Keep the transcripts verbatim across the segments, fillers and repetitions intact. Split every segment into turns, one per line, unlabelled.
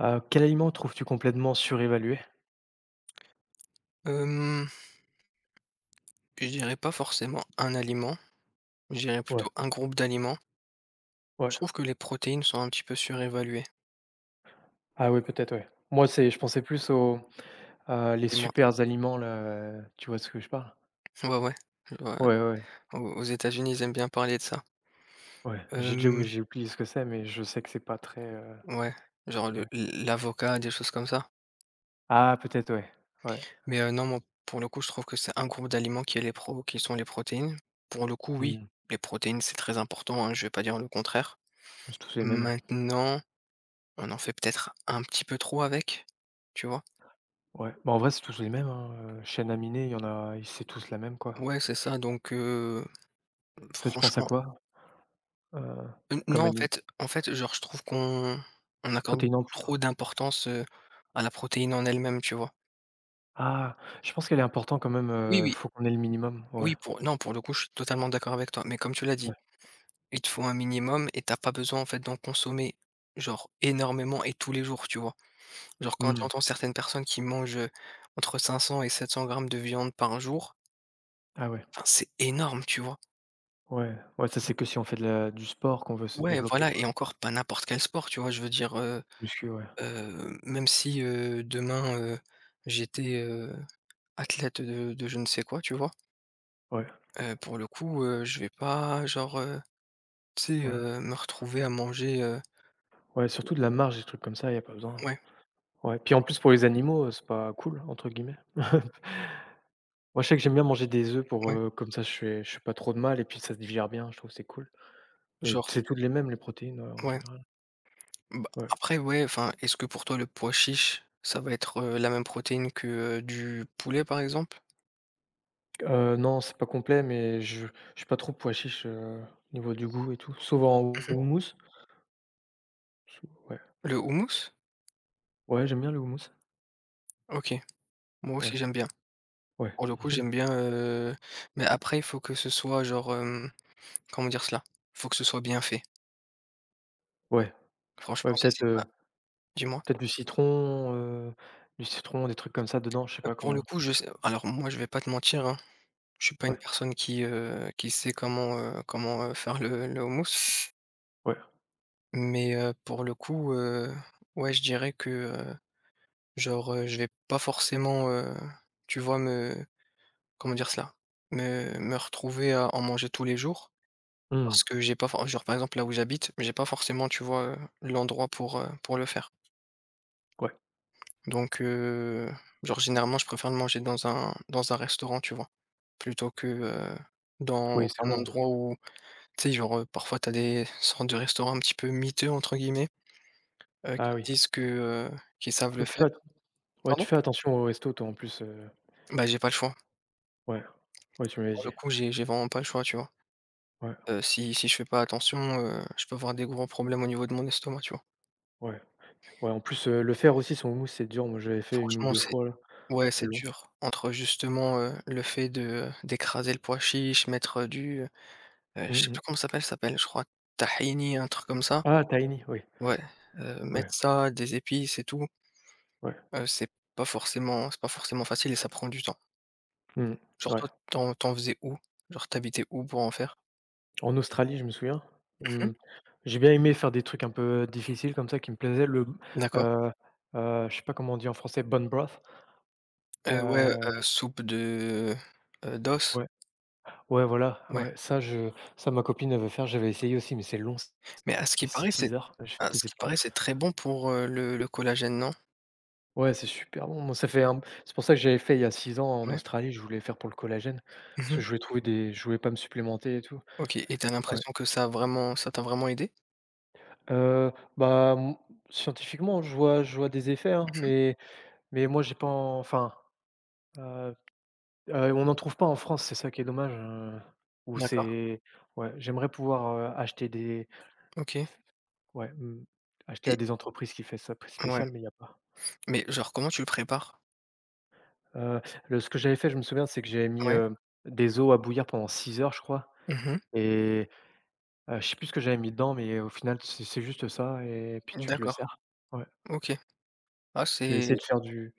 Heu, quel aliment trouves-tu complètement surévalué?
Hem, je dirais pas forcément un aliment, je dirais
Ouais.
plutôt un groupe d'aliments.
Ouais.
Je trouve que les protéines sont un petit peu surévaluées.
Ah oui, peut-être, ouais. Moi, c'est je pensais plus aux, heu, les
Dis-moi.
super aliments là, heu, tu vois de ce que je parle?
Ouais, ouais, ouais,
Ouais, ouais,
aux aux États-Unis, ils aiment bien parler de ça.
ouais. J'ai déjà ou
Hem,
J'ai oublié ce que c'est, mais je sais que c'est pas très, heu,
ouais, genre le
ouais.
l'avocat, des choses comme ça.
Ah peut-être, ouais, ouais.
Mais heu, non, moi, pour le coup, je trouve que c'est un groupe d'aliments qui est les pro qui sont les protéines. Pour le coup, oui,
Mmh.
les protéines, c'est très important, hein, je vais pas dire le contraire.
C'est tous les mêmes.
Maintenant, on en fait peut-être un petit peu trop avec, tu vois?
Ouais. Bah, en vrai, c'est tous les mêmes, hein, heu, chaîne aminée, il y en a i c'est tous la même, quoi.
Ouais, c'est ça, donc heu,
Toi, tu penses à
franchement.
quoi? Heu,
N non,
comme
en
aliment
fait en fait, genre, je trouve qu'on on accorde
protéines en
beaucoup trop
poudre?
d'importance, heu, à la protéine en elle-même, tu vois?
Ah! Je pense qu'elle est importante quand même,
Oui,
heu,
oui,
faut qu'on ait le minimum, ouais,
oui, pour non, pour le coup, je suis totalement d'accord avec toi, mais comme tu l'as dit,
ouais.
il te faut un minimum et t'as pas besoin, en fait, d'en consommer, genre, énormément et tous les jours, tu vois? Genre, quand
Mmh.
j'entends certaines personnes qui mangent, heu, entre cinq cents et sept cents grammes de viande par jour,
Ah ouais.
enfin, c'est énorme, tu vois?
Ouais, ouais, ça, c'est que si on fait de la du sport qu'on veut se
Ouais,
développer
voilà.
quoi.
Et encore pas n'importe quel sport, tu vois? Je veux dire, heu,
Muscu, ouais.
heu, même si, heu, demain, heu, j'étais, heu athlète de de je ne sais quoi, tu vois?
Ouais,
Heu, pour le coup, heu, je vais pas genre, heu, tu sais,
ouais,
heu, me retrouver à manger, heu
ouais, surtout de la marche, des trucs comme ça, il y a pas besoin.
ouais,
Ouais, puis en plus pour les animaux, heu, c'est pas «cool» entre guillemets. Moi, je sais que j'aime bien manger des œufs pour,
ouais,
heu, comme ça je fais je fais pas trop de mal et puis ça se digère bien, je trouve que c'est cool et
genre,
c'est toutes les mêmes les protéines, ouais, en
ouais.
général.
Bah,
Ouais,
après ouais, enfin, est-ce que pour toi le pois chiche, ça va être, heu, la même protéine que, heu, du poulet, par exemple?
heu, non, c'est pas complet mais je je suis pas trop pois chiche, heu, au niveau du goût et tout, sauf en
Mmh.
houmous. Ouais,
Le houmous?
ouais, j'aime bien le houmous.
OK. Moi aussi
Ouais,
j'aime bien.
ouais.
Pour le coup, j'aime bien, heu, mais après il faut que ce soit genre, hem, comment dire cela? Il faut que ce soit bien fait.
Ouais, ouais,
Franchement, si c'est pas,
peut-être,
dis-moi?
Peut-être du citron, heu, du citron, des trucs comme ça dedans, je sais
Heu,
pas
pour le
comment.
coup, je sais. Alors moi je vais pas te mentir, hein. Je suis pas une
Ouais,
personne qui, heu, qui sait comment, heu, comment, heu, faire le le houmous,
ouais.
mais, heu, pour le coup, heu, ouais, je dirais que, heu, genre, heu, je vais pas forcément, heu, tu vois, me comment dire cela? Me me retrouver à en manger tous les jours
Mmh.
parce que j'ai pas for genre, par exemple, là où j'habite, j'ai pas forcément, tu vois, heu, l'endroit pour, heu, pour le faire.
Ouais.
Donc, heu, genre, généralement, je préfère le manger dans un dans un restaurant, tu vois? Plutôt que, heu, dans
Oui, c'est
un
lourd, hein.
endroit où. Tu sais, genre, heu, parfois t'as des sortes de restaurants un petit peu «miteux» entre guillemets, heu, qui
Ah oui.
disent que, heu, qu'ils savent le
Oui, tu
faire.
fais at ouais,
Pardon?
tu fais attention au resto toi en plus, heu,
Bah, j'ai pas le choix.
ouais. Ouais, tu m'avais
Pour
dit.
le coup, j'ai j'ai vraiment pas le choix, tu vois?
Ouais,
Heu, si si je fais pas attention, heu, je peux avoir des gros problèmes au niveau de mon estomac, tu vois?
ouais, ouais, en plus, heu, le faire aussi son houmous, c'est dur. Moi, j'avais fait une ou
Franchement,
deux
c'est,
fois là,
ouais,
c'est
c'est
long.
dur. Entre justement, heu, le fait de, d'écraser le pois chiche, mettre, du, heu, je sais
Mmh mh.
plus comment ça s'appelle, ça s'appelle, je crois, tahini, un truc comme ça.
Ah, tahini, oui.
Ouais, heu,
Ouais,
mettre ça, des épices et tout,
ouais.
heu, c'est pas forcément c'est pas forcément facile et ça prend du temps.
Mmh.
Genre
Ouais.
toi, t'en en faisais où? Genre t'habitais où pour en faire?
En Australie, je me souviens,
Mmh.
mmh, j'ai bien aimé faire des trucs un peu difficiles comme ça qui me plaisaient. Le,
D'accord.
heu heu, je sais pas comment on dit en français, bone broth?
Heu, ouais,
Heu,
heu, soupe de, heu, d'os?
ouais. Ouais, voilà,
Ouais.
ouais, ça je ça ma copine elle veut faire, j'avais essayé aussi, mais c'est long,
Mais à ce qui
c'est
paraît, c'est
six heures, je fais
à ce
des
qui
efforts.
paraît, c'est très bon pour, heu, le le collagène, non?
Ouais, c'est super bon, moi ça fait un c'est pour ça que j'avais fait il y a six ans en
Ouais.
Australie, je voulais faire pour le collagène, parce que
Mmh.
je voulais trouver des je voulais pas me supplémenter et tout.
OK et t'as
Ouais,
l'impression que ça a vraiment ça t'a vraiment aidé?
heu, bah, m scientifiquement, je vois je vois des effets, hein, mais mais moi j'ai pas en enfin, heu heu, on en trouve pas en France, c'est ça qui est dommage, heu, où
D'accord,
c'est ouais, j'aimerais pouvoir, heu, acheter des
OK
ouais, mmh, acheter à
et
des entreprises qui fait ça
ouais.
spécial, mais il y a pas.
Mais genre comment tu le prépares?
Heu, le ce que j'avais fait, je me souviens, c'est que j'avais mis,
Ouais.
heu, des œufs à bouillir pendant six heures, je crois
Mmh.
et heu, je sais plus ce que j'avais mis dedans, mais au final, c'est c'est juste ça et puis tu te le
D'accord,
sers. Ouais.
OK. Ah
Je vais
c'est,
essayer de faire du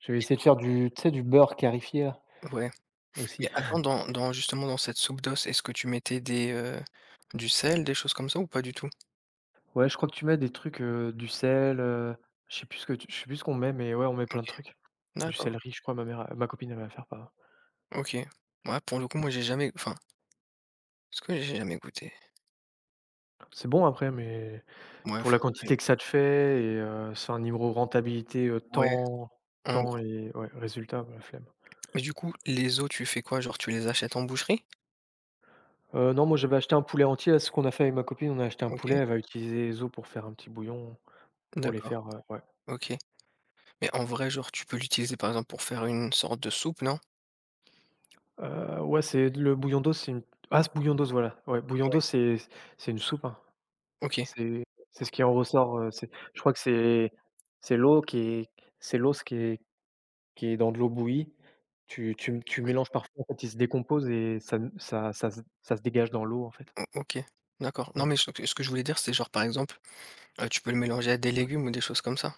je vais essayer de faire du tu sais, du beurre clarifié là,
ouais. Mais
aussi.
attends, dans dans justement dans cette soupe d'os, est-ce que tu mettais des, heu, du sel, des choses comme ça ou pas du tout?
Ouais, je crois que tu mets des trucs, heu, du sel, heu, je sais plus ce que tu je sais plus ce qu'on met, mais ouais, on met plein
OK,
de trucs. Du
d'accord.
céleri, je crois, ma mère, ma copine, elle va faire pas.
OK. Ouais, pour le coup, moi, j'ai jamais, enfin, est-ce que j'ai jamais goûté?
C'est bon après, mais
Ouais,
pour la
faudrait,
quantité que ça te fait et heu, c'est un niveau rentabilité, heu,
ouais,
temps
en,
temps et ouais, résultat, bah, la flemme.
mais du coup, les os, tu fais quoi? Genre, tu les achètes en boucherie?
Heu, non, moi, j'avais acheté un poulet entier, là, ce qu'on a fait avec ma copine, on a acheté un poulet,
OK,
elle va utiliser les os pour faire un petit bouillon, pour les
d'accord,
faire, heu, ouais.
OK. Mais en vrai, genre, tu peux l'utiliser, par exemple, pour faire une sorte de soupe, non?
Heu, ouais, c'est le bouillon d'os, c'est une ah, ce bouillon d'os, voilà, ouais, bouillon
Ouais.
d'os, c'est c'est une soupe, hein.
OK,
C'est c'est ce qui en ressort, heu, c'est je crois que c'est c'est l'eau qui est c'est l'os qui est Qui est dans de l'eau bouillie, tu tu tu mélanges parfois, en fait, il se décompose et ça ça ça se ça se dégage dans l'eau, en fait.
o OK, d'accord. Non,
Ouais,
mais ce que ce que je voulais dire, c'est genre, par exemple, heu, tu peux le mélanger à des
ouais.
légumes ou des choses comme ça?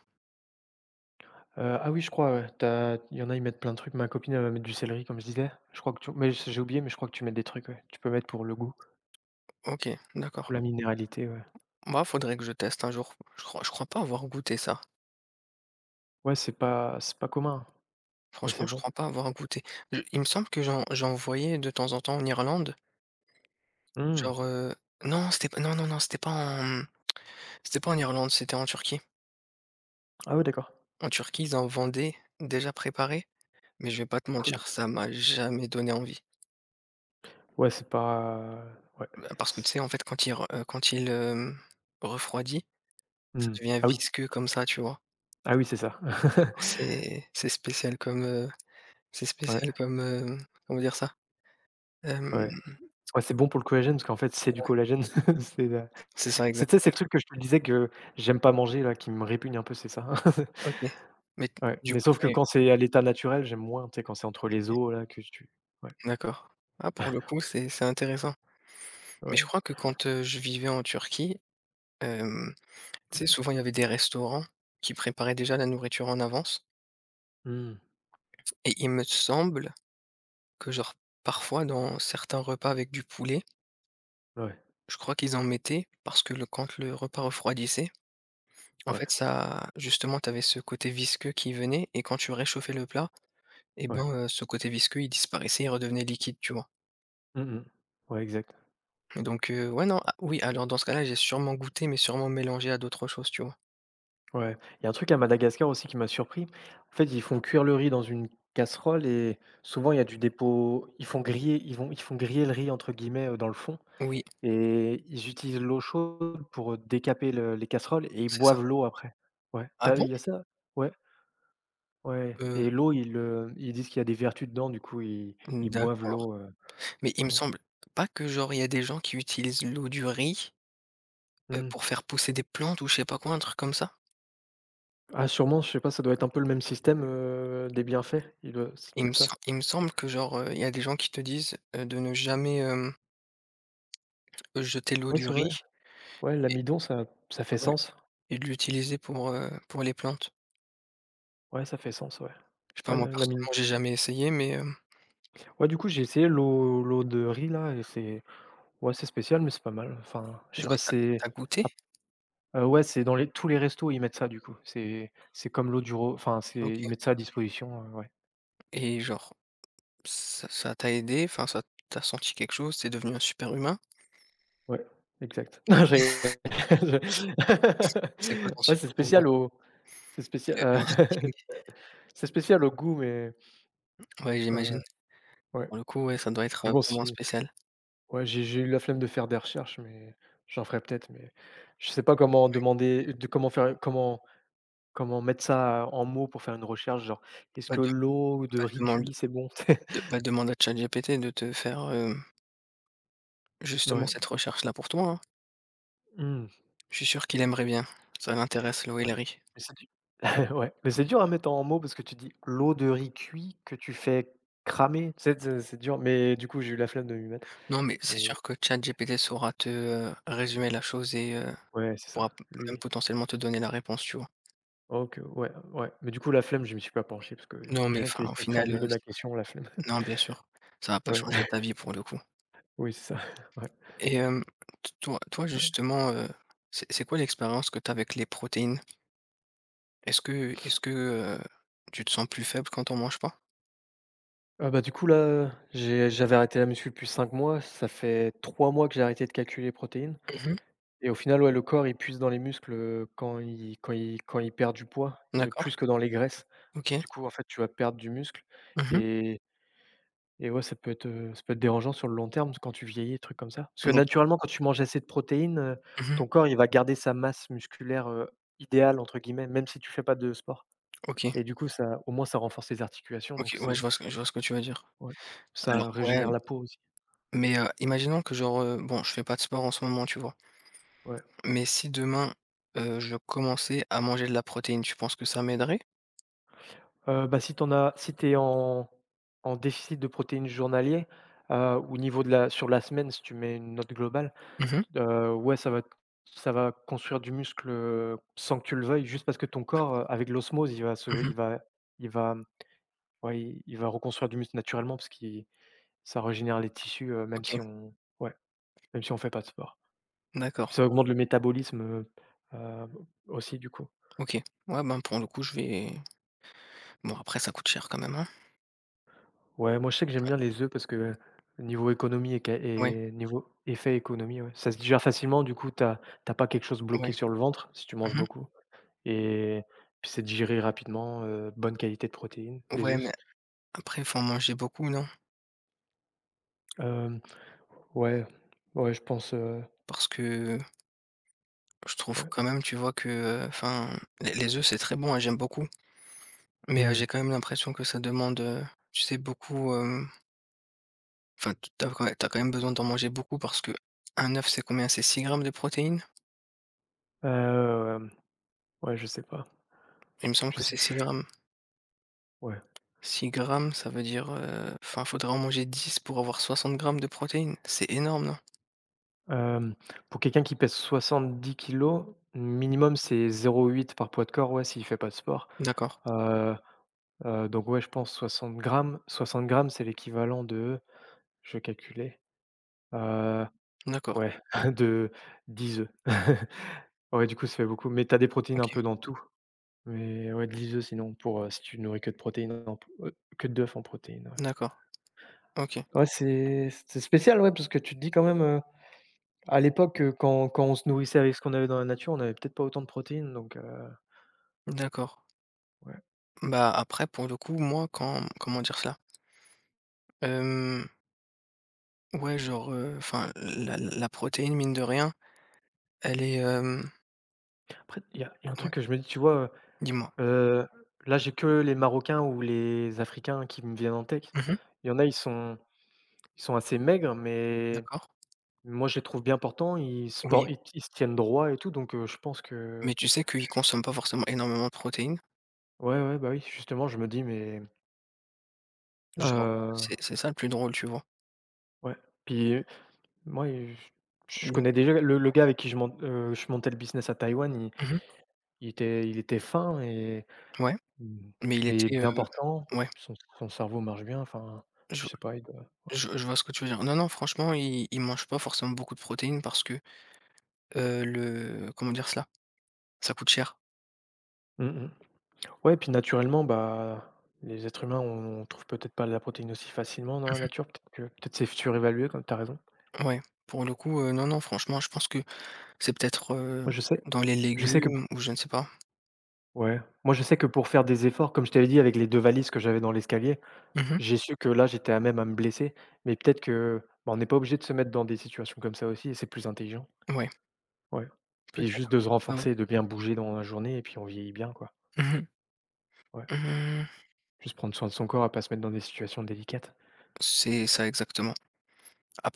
Heu, ah oui, je crois, ouais, tu il y en a, ils mettent plein de trucs. Ma copine, elle va mettre du céleri, comme je disais. Je crois que tu mais j'ai oublié, mais je crois que tu mets des trucs, ouais. Tu peux mettre pour le goût,
OK,
pour
d'accord.
la minéralité, ouais.
Bah, faudrait que je teste un jour. Je crois je crois pas avoir goûté ça.
Ouais, c'est pas c'est pas commun, mais
Franchement,
c'est
je
bon.
crois pas avoir goûté. Je Il me semble que j'en j'en voyais de temps en temps en Irlande.
Mmh.
Genre, heu, non, c'était pas, non, non, non, c'était pas en, mmh, c'était pas en Irlande, c'était en Turquie.
Ah ouais, d'accord,
En Turquie, ils en vendaient déjà préparés, mais je vais pas te
cool.
mentir, ça m'a jamais donné envie.
Ouais, c'est pas, ouais,
Bah, parce que tu sais,
c
en fait, quand il re heu, quand il, hem, refroidit, ça
mmh.
devient
Ah oui,
visqueux comme ça, tu vois?
ah oui, c'est ça.
Alors c'est c'est spécial comme, heu, c'est
Ouais,
spécial comme, hem, comment dire ça? Hem,
ouais. Ouais, c'est bon pour le collagène parce qu'en fait, c'est du collagène. C'est, heu
c'est ça
C'est tu sais, c'est
exactement,
le truc que je te disais que j'aime pas manger là, qui me répugne un peu, c'est ça?
OK. Mais t
Ouais,
du
mais
coup,
sauf que
tu eu
quand c'est à l'état naturel, j'aime moins, tu sais, quand c'est entre les
OK,
os là que tu ouais,
d'accord. Ah, pour le coup, c'est c'est intéressant. Mais je
ouais.
crois que quand, heu, je vivais en Turquie, tu sais, souvent, il y avait des restaurants qui préparaient déjà la nourriture en avance.
Mmh.
Et il me semble que, genre, parfois, dans certains repas avec du poulet,
Ouais,
je crois qu'ils en mettaient parce que le quand le repas refroidissait, en
ouais,
fait, ça justement, t'avais ce côté visqueux qui venait, et quand tu réchauffais le plat et
ouais.
ben, heu, ce côté visqueux, il disparaissait, il redevenait liquide, tu vois?
Mmh mh. Ouais, exact.
Donc heu, ouais, non, ah oui, alors dans ce cas-là, j'ai sûrement goûté mais sûrement mélangé à d'autres choses, tu vois?
Ouais. Il y a un truc à Madagascar aussi qui m'a surpris. En fait, ils font cuire le riz dans une casserole et souvent il y a du dépôt ils font griller ils vont ils font «griller le riz» entre guillemets, heu, dans le fond
Oui,
et ils utilisent l'eau chaude pour, décaper le les casseroles et ils
c'est ça.
boivent l'eau après. Ouais,
Ah
t'as
bon?
il y a ça? Ouais. Ouais
Heu,
et l'eau, ils, heu, ils disent qu'il y a des vertus dedans, du coup, ils ils boivent
d'accord.
l'eau, heu,
Mais il me
ouais.
semble pas que genre il y a des gens qui utilisent l'eau du riz, heu,
Mmh.
pour faire pousser des plantes ou je sais pas quoi, un truc comme ça?
Ah sûrement, je sais pas, ça doit être un peu le même système, heu, des bienfaits. Il doit c'est
Il me
peut-être ça.
sem il me semble que genre, heu, il y a des gens qui te disent, heu, de ne jamais, hem, jeter l'eau
Ouais,
du
c'est
riz
vrai. Ouais,
et
l'amidon, ça ça fait
ouais
sens.
et de l'utiliser pour, heu, pour les plantes.
Ouais, ça fait sens, ouais.
Je sais pas,
Ouais,
moi
la- l'amidon
personnellement j'ai jamais essayé mais, hem,
ouais, du coup, j'ai essayé l'eau l'eau de riz là et c'est ouais, c'est spécial, mais c'est pas mal. Enfin, je sais
genre
pas,
t'as
c'est
as goûté?
ap heu, ouais, c'est dans les tous les restos, ils mettent ça, du coup. C'est c'est comme l'eau du ro enfin, c'est ils
OK
mettent ça à disposition, heu, ouais.
et genre ça ça t'a aidé? Enfin ça, t'as senti quelque chose? Tu devenu un super humain?
Ouais, exact. Non, j'ai je
C'est quoi ton
ouais,
super
c'est
pouvoir?
spécial au c'est spécial,
Le le
heu,
marketing?
c'est spécial au goût, mais
Ouais, j'imagine.
heu, ouais.
Pour le coup, ouais, ça doit être,
Mais
heu,
bon,
vraiment
si
spécial.
ouais, j'ai j'ai eu la flemme de faire des recherches, mais j'en ferai peut-être, mais je sais pas comment demander de comment faire comment comment mettre ça en mots pour faire une recherche, genre: «Est-ce
Bah
que l'eau de
Bah,
riz
demande
cuit, c'est bon?»
de bah, demande à ChatGPT de te faire, heu, justement
Ouais.
cette recherche-là pour toi, hein.
Mmh.
Je suis sûr qu'il aimerait bien. Ça l'intéresse, le
Ouais,
Hillary.
mais c'est du ouais, mais c'est dur à mettre en mots parce que tu dis l'eau de riz cuit que tu fais cramer. Tu c'est c'est dur, mais du coup, j'ai eu la flemme de m'y mettre.
Non, mais c'est
Mais
sûr que ChatGPT saura te, heu, résumer la chose et heu,
ouais, c'est ça,
pourra p même
lui.
potentiellement te donner la réponse, tu vois?
OK, ouais, ouais, mais du coup, la flemme, je me suis pas penché parce que
Non, mais
rien que
enfin, au
essayer de
final, heu,
formuler ma
c'est
question, la flemme.
non, bien sûr, ça va pas
Ouais,
changer ta vie pour le coup.
oui, c'est ça, ouais,
Et hem, t toi toi
ouais.
justement, heu, c'est c'est quoi l'expérience que tu as avec les protéines? Est-ce que est-ce que, heu, tu te sens plus faible quand on mange pas?
Ah bah, du coup, là, j'ai j'avais arrêté la muscu depuis cinq mois. Ça fait trois mois que j'ai arrêté de calculer les protéines
Mmh.
et au final, ouais, le corps, il puise dans les muscles, heu, quand il quand il quand il perd du poids, heu,
D'accord,
plus que dans les graisses.
OK.
Du coup, en fait, tu vas perdre du muscle
Mmh.
et et ouais, ça peut être, heu, ça peut être dérangeant sur le long terme quand tu vieillis, des trucs comme ça. Parce que
D'accord.
naturellement, quand tu manges assez de protéines, heu,
Mmh.
ton corps, il va garder sa masse musculaire, heu, «idéale» entre guillemets, même si tu fais pas de sport
OK,
et du coup, ça au moins, ça renforce les articulations
OK,
donc
ouais, je
c'est
vois ce que je vois ce que tu veux dire.
ouais,
Alors
ça
ouais,
régénère la peau aussi.
mais heu, imaginons que genre, heu, bon, je fais pas de sport en ce moment, tu vois?
Ouais,
Mais si demain, heu, je commençais à manger de la protéine, tu penses que ça m'aiderait?
heu, bah, si t'en as si t'es en en déficit de protéines journalier, heu, au niveau de la sur la semaine, si tu mets une note globale.
Mmh.
Heu, ouais, ça va ça va construire du muscle, heu, sans que tu le veuilles, juste parce que ton corps,
D'accord.
heu, avec l'osmose, il va se
Mmh.
il va il va, mmh, ouais, il il va reconstruire du muscle naturellement parce qu'il ça régénère les tissus, heu, même
OK,
si on ouais, même si on fait pas de sport. Puis
d'accord.
ça augmente le métabolisme, heu, heu, aussi du coup.
OK. Ouais, ben, pour le coup, je vais bon, après ça coûte cher quand même, hein?
Ouais, moi je sais que j'aime bien les œufs parce que niveau économie et ca
Ouais,
et niveau effet économie, ouais, ça se digère facilement, du coup, t'as, t'as pas quelque chose
ouais.
bloqué sur le ventre si tu manges
Mmh.
beaucoup. Et puis c'est digéré rapidement, heu, bonne qualité de protéines, les
Ouais, mais
œufs.
après, il faut en manger beaucoup, non?
Hem, ouais, ouais, je pense, heu,
Parce que je trouve
ouais.
quand même, tu vois, que, enfin, les les œufs, c'est très bon et j'aime beaucoup. Mais heu,
Mmh.
j'ai quand même l'impression que ça demande, heu, tu sais, beaucoup. Enfin, tu tu quand tu quand même besoin d'en manger beaucoup parce que un œuf, c'est combien? C'est six grammes de protéines?
Hem, ouais, je sais pas,
Il me semble
je
que
sais
c'est six
plus.
grammes.
Ouais.
Six grammes, ça veut dire, heu, enfin, faudrait en manger dix pour avoir soixante grammes de protéines. C'est énorme, non?
Hem, pour quelqu'un qui pèse soixante-dix kilos, minimum, c'est zéro virgule huit par poids de corps, ouais, s'il fait pas de sport.
D'accord,
Heu heu, donc ouais, je pense soixante grammes, soixante grammes c'est l'équivalent de je calculais, calculer,
d'accord,
ouais, de dix œufs. Ouais, du coup, ça fait beaucoup, mais t'as des protéines un
OK,
peu dans tout. Mais ouais, de l'iso sinon pour, heu, si tu nourris que de protéines en p heu, que d'œufs en protéines, ouais.
d'accord, OK,
Ouais, c'est c'est spécial, ouais, parce que tu te dis quand même, heu, à l'époque, heu, quand quand on se nourrissait avec ce qu'on avait dans la nature, on avait peut-être pas autant de protéines donc heu,
d'accord.
ouais.
Bah, après, pour le coup, moi, quand, comment dire cela? Hem, ouais, genre, heu, enfin, la la la protéine, mine de rien, elle est, hem
Après il y a il y a un
ouais,
truc que je me dis, tu vois,
dis-moi.
heu là, j'ai que les Marocains ou les Africains qui me viennent en tête.
Mmh,
Il y en a, ils sont ils sont assez maigres, mais
d'accord.
moi, je les trouve bien portants, ils se
Oui,
por ils ils se tiennent droit et tout donc heu, je pense que
mais tu sais qu'ils consomment pas forcément énormément de protéines.
ouais, ouais, bah, oui, justement, je me dis mais.
Genre, heu, c'est c'est ça le plus drôle, tu vois?
Ouais, puis, heu, moi, je je
Donc
connais déjà le le gars avec qui je monte, heu, je montais le business à Taïwan, il
mmh
il était il était fin et
mh, ouais,
mmh,
mais il
mais
était,
bien
heu
portant,
ouais,
son son cerveau marche bien, enfin,
je
je sais pas, il doit
je je vois ce que tu veux dire. Non, non, franchement, il il mange pas forcément beaucoup de protéines parce que, heu, le comment dire cela? Ça coûte cher.
mmh mh. Ouais, puis naturellement, bah, les êtres humains, on on trouve peut-être pas la protéine aussi facilement dans la
Mmh
nature, peut-être que peut-être c'est surévalué comme t'as raison.
mh, ouais, pour le coup, heu, non, non, franchement, je pense que c'est peut-être, heu,
Moi, je sais
dans les
je sais que
légumes ou je ne sais pas.
ouais, moi, je sais que pour faire des efforts, comme je t'avais dit avec les deux valises que j'avais dans l'escalier.
Mmh
J'ai su que là, j'étais à même à me blesser, mais peut-être que, bah, on n'est pas obligé de se mettre dans des situations comme ça aussi et c'est plus intelligent,
mh, ouais,
ouais. Puis
peut-être.
juste de se
Ouais, ouais.
renforcer, de bien bouger dans la journée et puis on vieillit bien, quoi.
Mmh mh.
Ouais.
Mmh,
Juste prendre soin de son corps, à pas se mettre dans des situations délicates.
c'est ça exactement.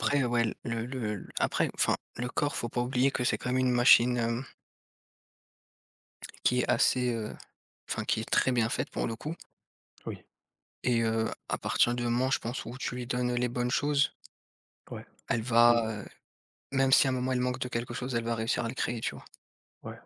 Ouais,
ouais, le le après, enfin, le corps, faut pas oublier que c'est quand même une machine, hem qui est assez, heu, enfin qui est très bien faite pour le coup.
oui,
Et heu, à partir du moment, je pense, où tu lui donnes les bonnes choses,
ouais
elle
et
va, heu, même si à un moment elle manque de quelque chose, elle va réussir à le créer, tu vois?
ouais.